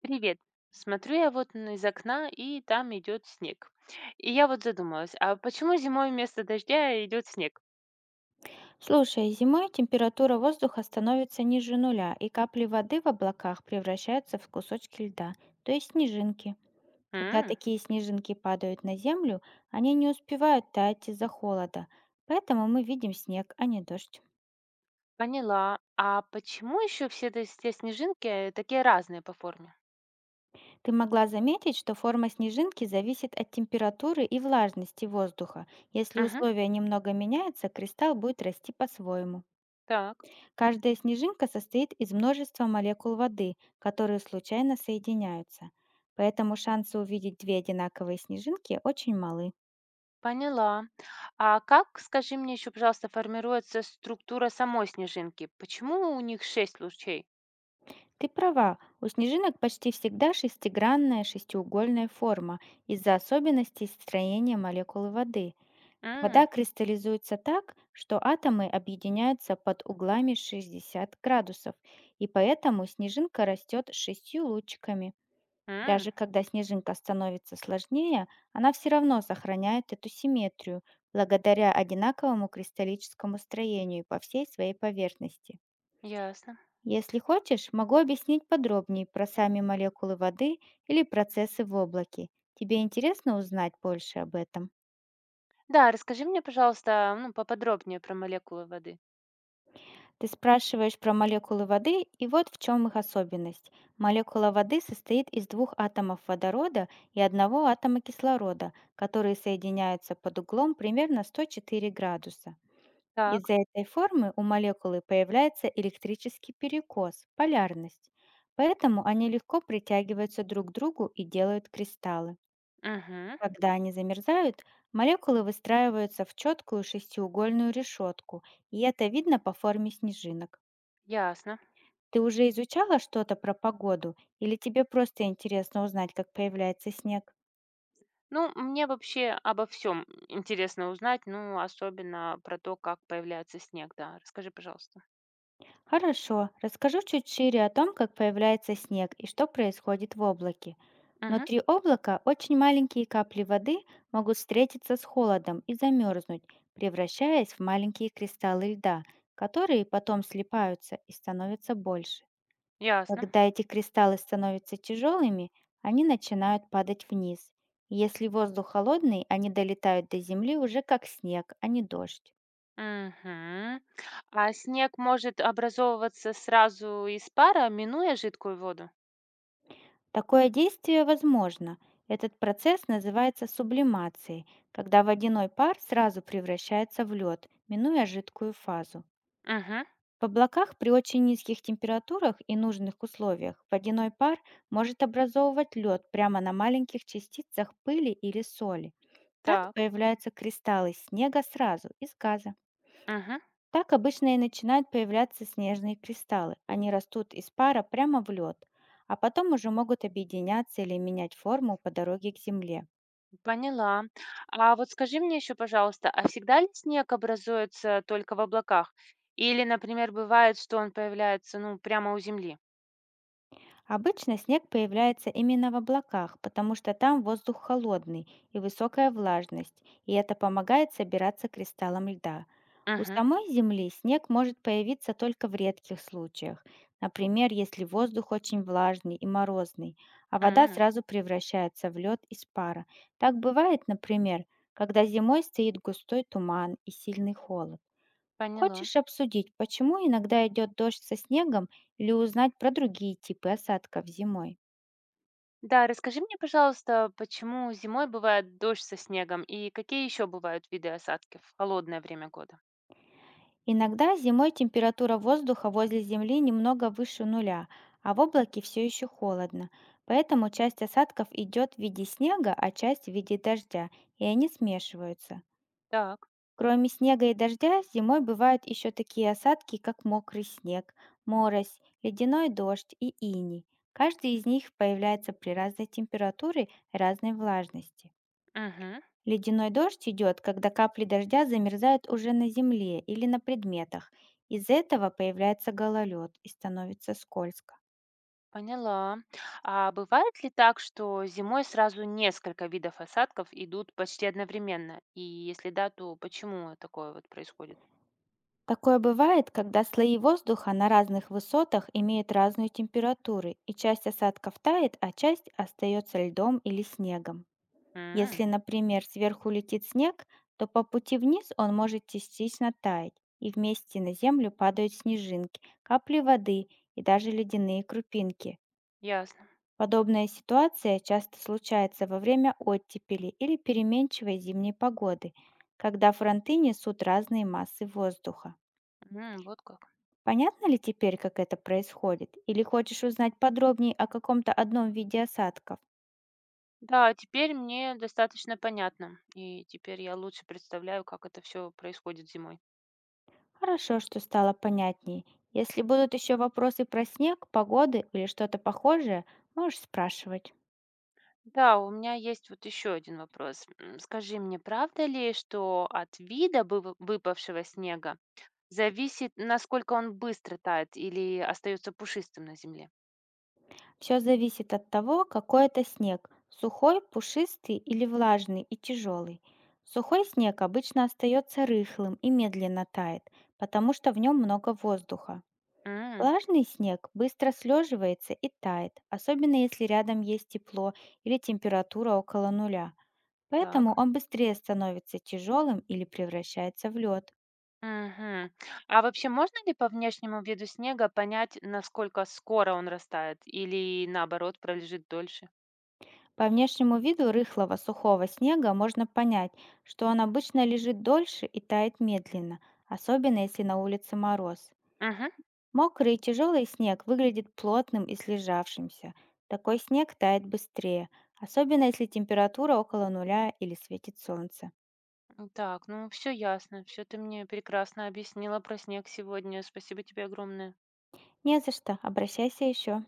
Привет. Смотрю я вот из окна, и там идет снег. И я вот задумалась, а почему зимой вместо дождя идет снег? Слушай, зимой температура воздуха становится ниже нуля, и капли воды в облаках превращаются в кусочки льда, то есть снежинки. Когда М, такие снежинки падают на землю, они не успевают таять из-за холода, поэтому мы видим снег, а не дождь. поняла. А почему еще все эти те снежинки такие разные по форме? Ты могла заметить, что форма снежинки зависит от температуры и влажности воздуха. Если Мгм, условия немного меняются, кристалл будет расти по-своему. так, Каждая снежинка состоит из множества молекул воды, которые случайно соединяются. Поэтому шансы увидеть две одинаковые снежинки очень малы. поняла. А как, скажи мне еще, пожалуйста, формируется структура самой снежинки? Почему у них шесть лучей? Ты права, у снежинок почти всегда шестигранная шестиугольная форма из-за особенностей строения молекулы воды. Вода М. кристаллизуется так, что атомы объединяются под углами 60 градусов, и поэтому снежинка растет шестью лучиками. М. Даже когда снежинка становится сложнее, она все равно сохраняет эту симметрию благодаря одинаковому кристаллическому строению по всей своей поверхности. Ясно. Если хочешь, могу объяснить подробнее про сами молекулы воды или процессы в облаке. Тебе интересно узнать больше об этом? Да, расскажи мне, пожалуйста, ну, поподробнее про молекулы воды. Ты спрашиваешь про молекулы воды, и вот в чем их особенность. Молекула воды состоит из двух атомов водорода и одного атома кислорода, которые соединяются под углом примерно 104 градуса. Так. Из-за этой формы у молекулы появляется электрический перекос, полярность. Поэтому они легко притягиваются друг к другу и делают кристаллы. Угу. Когда они замерзают, молекулы выстраиваются в четкую шестиугольную решетку, и это видно по форме снежинок. Ясно. Ты уже изучала что-то про погоду или тебе просто интересно узнать, как появляется снег? Ну, мне вообще обо всем интересно узнать, ну, особенно про то, как появляется снег, да. Расскажи, пожалуйста. Хорошо, расскажу чуть шире о том, как появляется снег и что происходит в облаке. Мгм. Внутри облака очень маленькие капли воды могут встретиться с холодом и замерзнуть, превращаясь в маленькие кристаллы льда, которые потом слипаются и становятся больше. Ясно. Когда эти кристаллы становятся тяжелыми, они начинают падать вниз. Если воздух холодный, они долетают до земли уже как снег, а не дождь. Мгм. А снег может образовываться сразу из пара, минуя жидкую воду? Такое действие возможно. Этот процесс называется сублимацией, когда водяной пар сразу превращается в лед, минуя жидкую фазу. Мгм. В облаках при очень низких температурах и нужных условиях водяной пар может образовывать лед прямо на маленьких частицах пыли или соли. Так Так. появляются кристаллы снега сразу, из газа. Мгм. Так обычно и начинают появляться снежные кристаллы. Они растут из пара прямо в лед, а потом уже могут объединяться или менять форму по дороге к Земле. Поняла. А вот скажи мне еще, пожалуйста, а всегда ли снег образуется только в облаках? Или, например, бывает, что он появляется, ну, прямо у земли? Обычно снег появляется именно в облаках, потому что там воздух холодный и высокая влажность, и это помогает собираться кристаллам льда. У Угу. самой Земли снег может появиться только в редких случаях, например, если воздух очень влажный и морозный, а вода М. сразу превращается в лед из пара. Так бывает, например, когда зимой стоит густой туман и сильный холод. Поняла. Хочешь обсудить, почему иногда идет дождь со снегом или узнать про другие типы осадков зимой? Да, расскажи мне, пожалуйста, почему зимой бывает дождь со снегом и какие еще бывают виды осадков в холодное время года? Иногда зимой температура воздуха возле Земли немного выше нуля, а в облаке все еще холодно. Поэтому часть осадков идет в виде снега, а часть в виде дождя, и они смешиваются. Так. Кроме снега и дождя, зимой бывают еще такие осадки, как мокрый снег, морось, ледяной дождь и иней. Каждый из них появляется при разной температуре и разной влажности. Мгм. Ледяной дождь идет, когда капли дождя замерзают уже на земле или на предметах. Из-за этого появляется гололед и становится скользко. Поняла. А бывает ли так, что зимой сразу несколько видов осадков идут почти одновременно? И если да, то почему такое вот происходит? Такое бывает, когда слои воздуха на разных высотах имеют разную температуру, и часть осадков тает, а часть остается льдом или снегом. М. Если, например, сверху летит снег, то по пути вниз он может частично таять, и вместе на землю падают снежинки, капли воды и даже ледяные крупинки. Ясно. Подобная ситуация часто случается во время оттепели или переменчивой зимней погоды, когда фронты несут разные массы воздуха. М, вот как. Понятно ли теперь, как это происходит? Или хочешь узнать подробнее о каком-то одном виде осадков? Да, теперь мне достаточно понятно, и теперь я лучше представляю, как это все происходит зимой. Хорошо, что стало понятнее. Если будут еще вопросы про снег, погоды или что-то похожее, можешь спрашивать. Да, у меня есть вот еще один вопрос. М, скажи мне, правда ли, что от вида выпавшего снега зависит, насколько он быстро тает или остается пушистым на земле? Все зависит от того, какой это снег — сухой, пушистый или влажный и тяжелый. Сухой снег обычно остается рыхлым и медленно тает, потому что в нем много воздуха. М, Влажный снег быстро слеживается и тает, особенно если рядом есть тепло или температура около нуля. так. Поэтому он быстрее становится тяжелым или превращается в лед. Мгм. А вообще можно ли по внешнему виду снега понять, насколько скоро он растает или наоборот пролежит дольше? По внешнему виду рыхлого сухого снега можно понять, что он обычно лежит дольше и тает медленно, особенно если на улице мороз. Мгм. Мокрый и тяжелый снег выглядит плотным и слежавшимся. Такой снег тает быстрее, особенно если температура около нуля или светит солнце. М, так, ну все ясно, все ты мне прекрасно объяснила про снег сегодня. Спасибо тебе огромное. Не за что, обращайся еще.